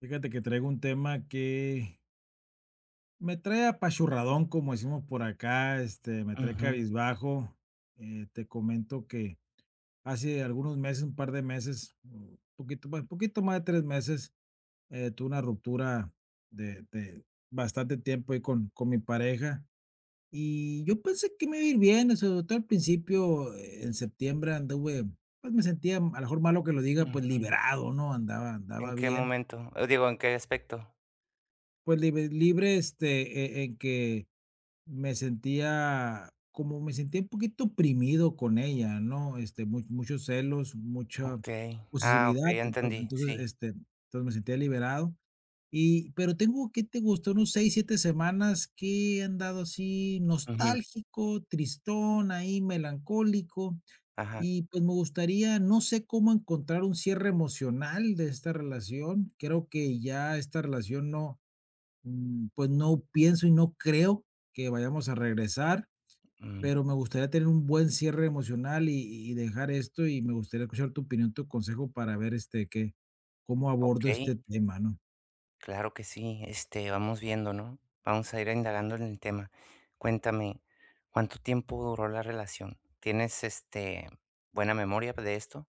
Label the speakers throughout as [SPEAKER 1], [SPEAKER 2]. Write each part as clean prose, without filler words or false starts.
[SPEAKER 1] Fíjate que traigo un tema que me trae apachurradón, como decimos por acá, me trae
[SPEAKER 2] Ujú,
[SPEAKER 1] cabizbajo. Te comento que hace algunos meses, un par de meses, un poquito más de 3 meses, tuve una ruptura de bastante tiempo ahí con mi pareja. Y yo pensé que me iba a ir bien, o sobre todo al principio, en septiembre anduve, pues me sentía, a lo mejor malo que lo diga, pues
[SPEAKER 2] ujú.
[SPEAKER 1] liberado, ¿no? Andaba,
[SPEAKER 2] ¿En
[SPEAKER 1] andaba
[SPEAKER 2] qué
[SPEAKER 1] bien.
[SPEAKER 2] momento? Digo, ¿en qué aspecto?
[SPEAKER 1] Pues, libre libre, en que me sentía como me sentía un poquito oprimido con ella, ¿no? Mu muchos celos, mucha
[SPEAKER 2] Okey. Ah,
[SPEAKER 1] posesividad,
[SPEAKER 2] okey, entendí, sí.
[SPEAKER 1] entonces me sentía liberado, y pero tengo, ¿qué te gustó? Unos 6 7 semanas que he andado así
[SPEAKER 2] Ujú.
[SPEAKER 1] nostálgico, tristón, ahí melancólico,
[SPEAKER 2] Ajá.
[SPEAKER 1] y, pues, me gustaría, no sé cómo encontrar un cierre emocional de esta relación. Creo que ya esta relación no. Pues no pienso y no creo que vayamos a regresar,
[SPEAKER 2] Mm,
[SPEAKER 1] pero me gustaría tener un buen cierre emocional y dejar esto y me gustaría escuchar tu opinión, tu consejo para ver qué cómo abordo
[SPEAKER 2] okey,
[SPEAKER 1] este tema, ¿no?
[SPEAKER 2] claro que sí. Este, vamos viendo, ¿no? Vamos a ir indagando en el tema. Cuéntame, ¿cuánto tiempo duró la relación? ¿Tienes, este, buena memoria de esto?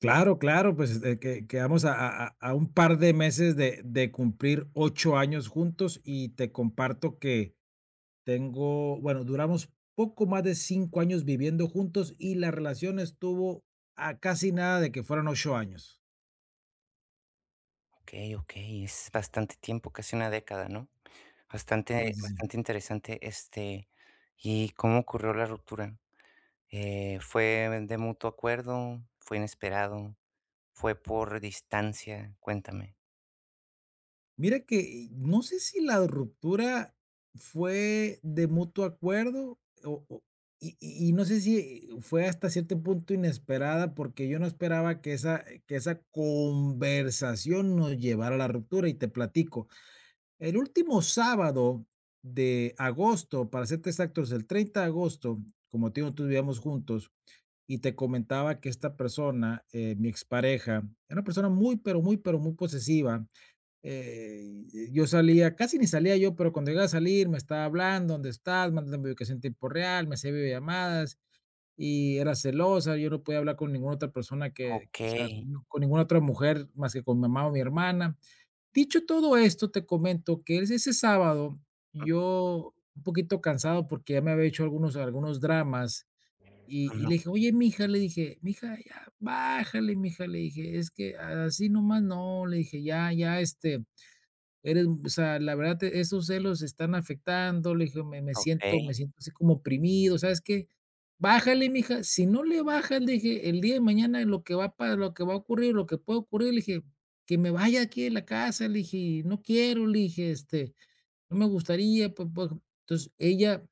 [SPEAKER 1] Claro, claro, pues que vamos a un par de meses de cumplir 8 años juntos y te comparto que tengo, bueno, duramos poco más de 5 años viviendo juntos y la relación estuvo a casi nada de que fueran 8 años.
[SPEAKER 2] Okey, okey, es bastante tiempo, casi una década, ¿no?
[SPEAKER 1] Sí,
[SPEAKER 2] Bastante
[SPEAKER 1] sí, sí.
[SPEAKER 2] bastante interesante, este, ¿y cómo ocurrió la ruptura? Fue de mutuo acuerdo, fue inesperado, fue por distancia, cuéntame.
[SPEAKER 1] Mira que no sé si la ruptura fue de mutuo acuerdo o y no sé si fue hasta cierto punto inesperada, porque yo no esperaba que esa conversación nos llevara a la ruptura, y te platico. El último sábado de agosto, para ser exactos, el 30 de agosto, como te digo, nosotros vivíamos juntos, y te comentaba que esta persona, mi expareja, era una persona muy, pero muy, pero muy posesiva, eh, yo salía, casi ni salía yo, pero cuando llegaba a salir me estaba hablando, ¿dónde estás? Mandándome ubicación en tiempo real, me hacía videollamadas y era celosa, yo no podía hablar con ninguna otra persona que- o sea,
[SPEAKER 2] Okey,
[SPEAKER 1] con, no, con ninguna otra mujer más que con mi mamá o mi hermana. Dicho todo esto, te comento que ese sábado yo un poquito cansado porque ya me había hecho algunos dramas
[SPEAKER 2] ujú,
[SPEAKER 1] le dije, oye, mija, le dije, mija, ya, bájale, mija, le dije, es que así nomás no, le dije, ya, ya, eres, o sea, la verdad, esos celos están afectando, le dije, me me siento
[SPEAKER 2] okey,
[SPEAKER 1] me siento así como oprimido, ¿sabes qué? Bájale, mija, si no le bajas, le dije, el día de mañana lo que va para lo que va a ocurrir, lo que puede ocurrir, le dije, que me vaya aquí de la casa, le dije, no quiero, le dije, no me gustaría, pues, pues. Entonces, ella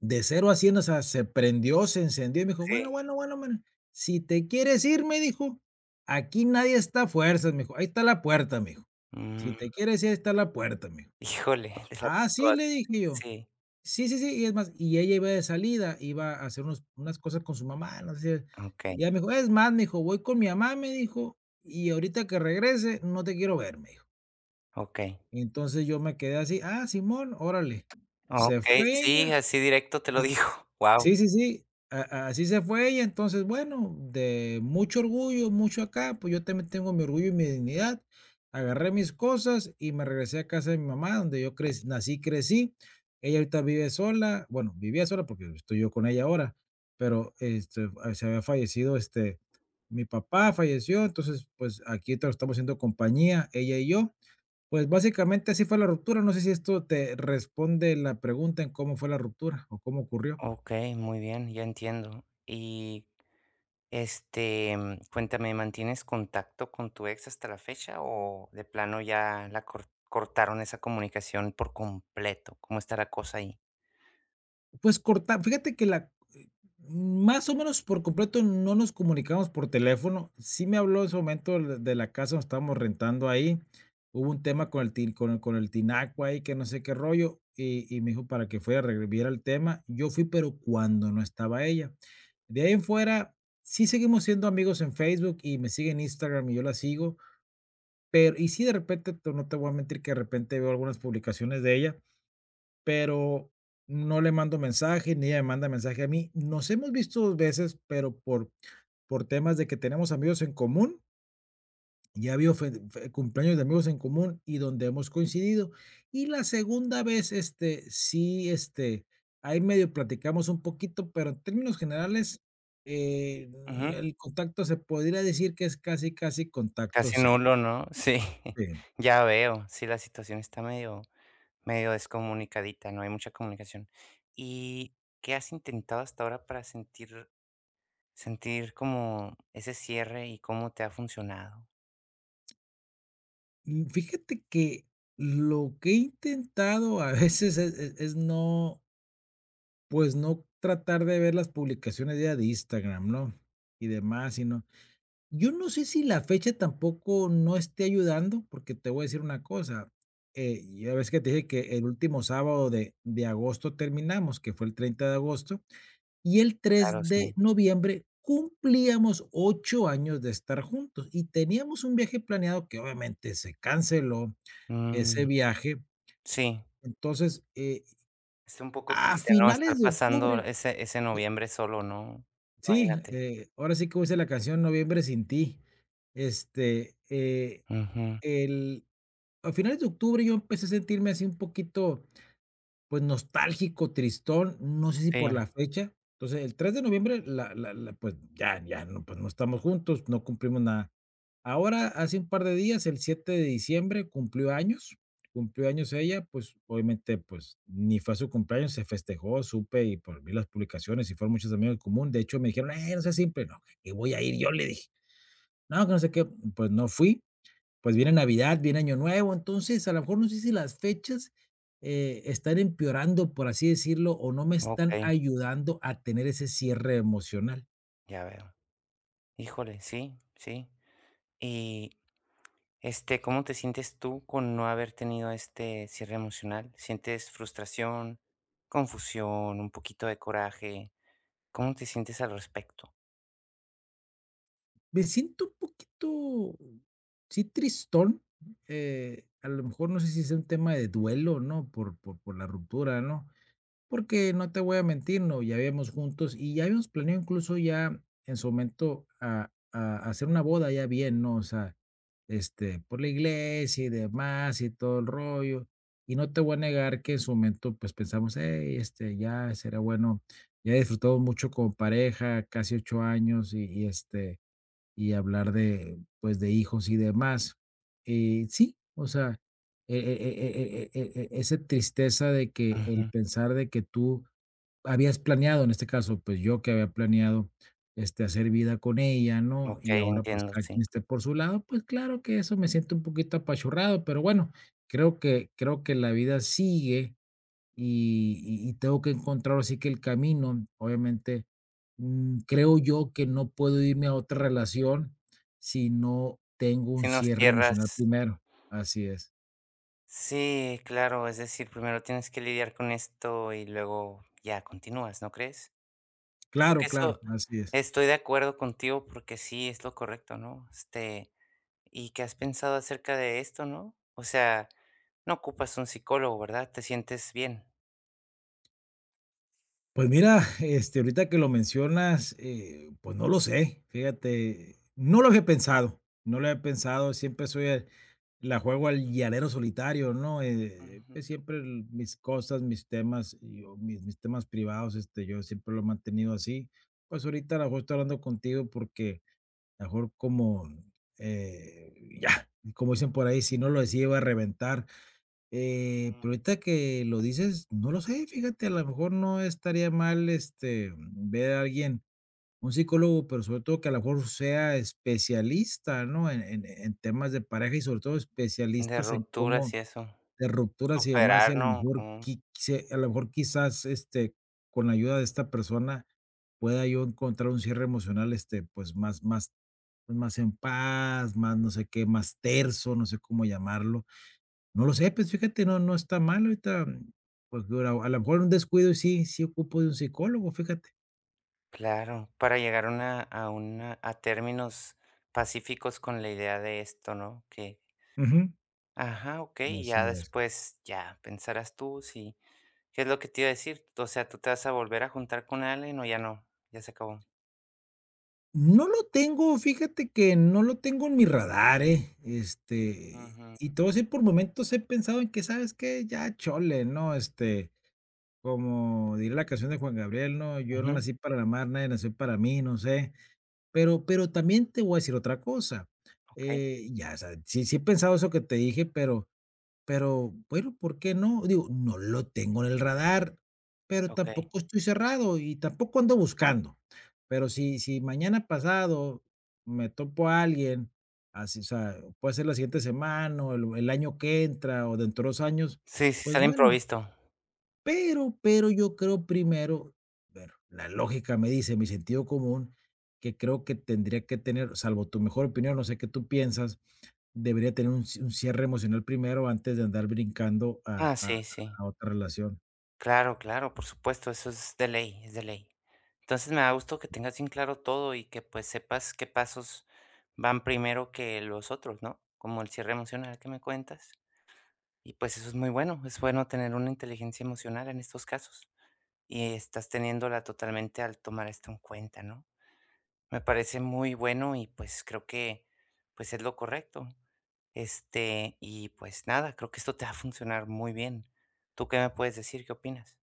[SPEAKER 1] de cero a 100, o sea, se prendió, se encendió y me dijo: "Bueno,
[SPEAKER 2] sí,
[SPEAKER 1] bueno, bueno, mira, si te quieres ir", me dijo, "aquí nadie está a fuerzas", me dijo, "ahí está la puerta", me dijo, "si
[SPEAKER 2] mm,
[SPEAKER 1] te quieres ir, ahí está la puerta", me dijo.
[SPEAKER 2] híjole, te la
[SPEAKER 1] "Ah,
[SPEAKER 2] puso
[SPEAKER 1] sí", le dije
[SPEAKER 2] bastante,
[SPEAKER 1] yo.
[SPEAKER 2] sí,
[SPEAKER 1] "Sí, sí, sí", y es más, y ella iba de salida, iba a hacer unos unas cosas con su mamá, no sé,
[SPEAKER 2] okey,
[SPEAKER 1] y ella me dijo: "Es más", me dijo, "voy con mi mamá", me dijo, "y ahorita que regrese, no te quiero ver", me dijo.
[SPEAKER 2] okey,
[SPEAKER 1] Entonces yo me quedé así: "Ah, simón, órale". Se
[SPEAKER 2] okey,
[SPEAKER 1] fue
[SPEAKER 2] sí,
[SPEAKER 1] ella.
[SPEAKER 2] así directo te lo dijo, Wow.
[SPEAKER 1] Sí, sí, sí, a así se fue ella, entonces, bueno, de mucho orgullo, mucho acá, pues, yo también tengo mi orgullo y mi dignidad, agarré mis cosas y me regresé a casa de mi mamá, donde yo crec nací crecí. Ella ahorita vive sola, bueno, vivía sola porque estoy yo con ella ahora, pero, se había fallecido, mi papá falleció, entonces, pues, aquí todos estamos haciendo compañía, ella y yo. Pues, básicamente así fue la ruptura, no sé si esto te responde la pregunta en cómo fue la ruptura o cómo ocurrió.
[SPEAKER 2] Okey, muy bien, ya entiendo. Y, este, cuéntame, ¿mantienes contacto con tu ex hasta la fecha o de plano ya la cortaron esa comunicación por completo? ¿Cómo está la cosa ahí?
[SPEAKER 1] Pues corta fíjate que la más o menos por completo no nos comunicamos por teléfono. Sí me habló en su momento de la casa donde estábamos rentando ahí. Hubo un tema con el tinaco ahí, que no sé qué rollo, me dijo para que fuera, re viera el tema. Yo fui, pero cuando no estaba ella. De ahí en fuera, sí seguimos siendo amigos en Facebook y me sigue en Instagram y yo la sigo, pero y sí, de repente, te no te voy a mentir que de repente veo algunas publicaciones de ella pero no le mando mensaje, ni ella me manda mensaje a mí. Nos hemos visto 2 veces, pero por temas de que tenemos amigos en común, ya ha habido fe fe cumpleaños de amigos en común y donde hemos coincidido. Y la segunda vez, sí, ahí medio platicamos un poquito, pero en términos generales, eh,
[SPEAKER 2] Ujú,
[SPEAKER 1] el contacto se podría decir que es casi, casi contacto
[SPEAKER 2] casi
[SPEAKER 1] cero.
[SPEAKER 2] nulo, ¿no? Sí,
[SPEAKER 1] Sí.
[SPEAKER 2] ya veo. Sí, la situación está medio medio descomunicadita, no hay mucha comunicación. ¿Y qué has intentado hasta ahora para sentir como ese cierre y cómo te ha funcionado?
[SPEAKER 1] Fíjate que lo que he intentado a veces es no. Pues no tratar de ver las publicaciones ya de Instagram, ¿no? Y demás, sino yo no sé si la fecha tampoco no esté ayudando, porque te voy a decir una cosa, ya ves que te dije que el último sábado de agosto terminamos, que fue el 30 de agosto, y el
[SPEAKER 2] Claro,
[SPEAKER 1] tres de
[SPEAKER 2] sí.
[SPEAKER 1] noviembre cumplíamos 8 años de estar juntos, y teníamos un viaje planeado que obviamente se canceló ese
[SPEAKER 2] Mm,
[SPEAKER 1] viaje.
[SPEAKER 2] sí,
[SPEAKER 1] Entonces,
[SPEAKER 2] es un poco
[SPEAKER 1] a
[SPEAKER 2] triste, ¿no?
[SPEAKER 1] finales
[SPEAKER 2] Estar
[SPEAKER 1] de
[SPEAKER 2] pasando
[SPEAKER 1] octubre.
[SPEAKER 2] ese noviembre solo, ¿no?
[SPEAKER 1] Sí,
[SPEAKER 2] Imagínate.
[SPEAKER 1] ahora sí, como dice la canción, Noviembre sin ti. Este,
[SPEAKER 2] Ujú,
[SPEAKER 1] el A finales de octubre yo empecé a sentirme así un poquito, pues, nostálgico, tristón, no sé si por
[SPEAKER 2] sí,
[SPEAKER 1] la fecha. Entonces, el 3 de noviembre la la la pues, ya no, pues, no estamos juntos, no cumplimos nada. Ahora, hace un par de días, el 7 de diciembre, cumplió años ella, pues, obviamente, pues, ni fue su cumpleaños, se festejó, supe y por vi las publicaciones y fueron muchos amigos en común. De hecho, me dijeron: no sé simple", no, que voy a ir yo, le dije. No, que no sé qué, pues no fui. Pues viene Navidad, viene Año Nuevo, entonces, a lo mejor no sé si las fechas, están empeorando, por así decirlo, o no me están
[SPEAKER 2] okey,
[SPEAKER 1] ayudando a tener ese cierre emocional.
[SPEAKER 2] ya veo. Híjole, sí, sí. Y este, ¿cómo te sientes tú con no haber tenido este cierre emocional? ¿Sientes frustración, confusión, un poquito de coraje? ¿Cómo te sientes al respecto?
[SPEAKER 1] Me siento un poquito, sí, tristón, a lo mejor no sé si es un tema de duelo, ¿no? Por la ruptura, ¿no? Porque no te voy a mentir, ¿no? Ya habíamos juntos y ya habíamos planeado incluso ya en su momento a hacer una boda ya bien, ¿no? O sea, por la iglesia y demás y todo el rollo. Y no te voy a negar que en su momento, pues pensamos, hey, ya será bueno, ya disfrutamos mucho como pareja, casi 8 años y y hablar de, pues, de hijos y demás. Sí, o sea, esa tristeza de que el
[SPEAKER 2] Ujú.
[SPEAKER 1] pensar de que tú habías planeado, en este caso, pues, yo que había planeado, hacer vida con ella, ¿no? Y
[SPEAKER 2] Okey,
[SPEAKER 1] ahora, pues,
[SPEAKER 2] entiendo,
[SPEAKER 1] cada
[SPEAKER 2] sí.
[SPEAKER 1] quien esté por su lado, pues, claro que eso me siento un poquito apachurrado, pero bueno, creo que la vida sigue y y tengo que encontrar así que el camino. Obviamente, creo yo que no puedo irme a otra relación si no tengo un
[SPEAKER 2] Si nos
[SPEAKER 1] cierre emocional
[SPEAKER 2] cierras
[SPEAKER 1] primero. Así es.
[SPEAKER 2] Sí, claro, es decir, primero tienes que lidiar con esto y luego ya continúas, ¿no crees?
[SPEAKER 1] Claro, claro,
[SPEAKER 2] Eso,
[SPEAKER 1] así es.
[SPEAKER 2] estoy de acuerdo contigo porque sí es lo correcto, ¿no? Este, ¿y qué has pensado acerca de esto, no? O sea, no ocupas un psicólogo, ¿verdad? Te sientes bien.
[SPEAKER 1] Pues mira, ahorita que lo mencionas, pues no lo sé, fíjate, no lo había pensado, siempre soy la juego al llanero solitario, ¿no? Pues
[SPEAKER 2] Ujú,
[SPEAKER 1] siempre mis cosas, mis temas, yo, mis temas privados, yo siempre lo he mantenido así. Pues ahorita a lo mejor estoy hablando contigo porque a lo mejor como, eh, ya, como dicen por ahí, si no lo decía iba a reventar,
[SPEAKER 2] mm.
[SPEAKER 1] pero ahorita que lo dices, no lo sé, fíjate, a lo mejor no estaría mal, ver a alguien, un psicólogo, pero sobre todo que a lo mejor sea especialista, ¿no? En temas de pareja y sobre todo
[SPEAKER 2] De
[SPEAKER 1] especialistas en
[SPEAKER 2] rupturas
[SPEAKER 1] cómo
[SPEAKER 2] y eso.
[SPEAKER 1] de rupturas y demás, y
[SPEAKER 2] Superar,
[SPEAKER 1] a lo
[SPEAKER 2] ¿no?
[SPEAKER 1] mejor quizás, con la ayuda de esta persona pueda yo encontrar un cierre emocional, pues, más más pues, más en paz, más no sé qué, más terso, no sé cómo llamarlo. No lo sé, pues fíjate, no está mal ahorita, pues, dura a lo mejor un descuido y sí ocupo de un psicólogo, fíjate.
[SPEAKER 2] Claro, para llegar a términos pacíficos con la idea de esto, ¿no? Que
[SPEAKER 1] Ujú.
[SPEAKER 2] ajá, okey, y ya
[SPEAKER 1] Así es.
[SPEAKER 2] después ya pensarás tú si ¿qué es lo que te iba a decir? O sea, ¿tú te vas a volver a juntar con alguien o ya no? Ya se acabó.
[SPEAKER 1] No lo tengo, fíjate que no lo tengo en mi radar, ¿eh?
[SPEAKER 2] Ujú.
[SPEAKER 1] Y todo voy por momentos he pensado en que, ¿sabes qué? Ya chole, ¿no? Como diría la canción de Juan Gabriel, ¿no? Yo no
[SPEAKER 2] Ujú,
[SPEAKER 1] nací para la mar, nadie nació para mí, no sé. Pero también te voy a decir otra cosa,
[SPEAKER 2] okey,
[SPEAKER 1] ya, o sea, sí he pensado eso que te dije, pero. Pero bueno, ¿por qué no? Digo, no lo tengo en el radar, pero
[SPEAKER 2] okey.
[SPEAKER 1] tampoco estoy cerrado y tampoco ando buscando. Pero si mañana pasado me topo a alguien, así, o sea, puede ser la siguiente semana o el año que entra o dentro de 2 años,
[SPEAKER 2] Sí, sí,
[SPEAKER 1] pues
[SPEAKER 2] sale
[SPEAKER 1] bueno,
[SPEAKER 2] improvisto.
[SPEAKER 1] pero yo creo primero, bueno, la lógica me dice, mi sentido común, que creo que tendría que tener, salvo tu mejor opinión, no sé qué tú piensas, debería tener un cierre emocional primero antes de andar brincando
[SPEAKER 2] Ah, sí, sí.
[SPEAKER 1] a otra relación.
[SPEAKER 2] Claro, claro, por supuesto, eso es de ley, es de ley. Entonces me da gusto que tengas bien claro todo y que pues sepas qué pasos van primero que los otros, ¿no? Como el cierre emocional que me cuentas. Y pues eso es muy bueno, es bueno tener una inteligencia emocional en estos casos. Y estás teniéndola totalmente al tomar esto en cuenta, ¿no? Me parece muy bueno y pues creo que pues es lo correcto. Este, y pues nada, creo que esto te va a funcionar muy bien. ¿Tú qué me puedes decir? ¿Qué opinas?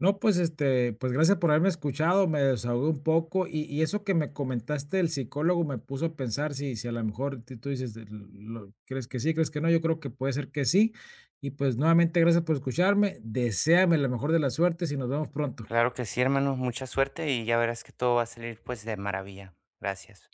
[SPEAKER 1] No, pues, pues, gracias por haberme escuchado, me desahogué un poco, eso que me comentaste del psicólogo me puso a pensar si a lo mejor ti tú dices, de lo crees que sí, crees que no, yo creo que puede ser que sí, y pues, nuevamente gracias por escucharme, deséame la mejor de las suertes y nos vemos pronto.
[SPEAKER 2] Claro que sí, hermano. Mucha suerte y ya verás que todo va a salir pues de maravilla. Gracias.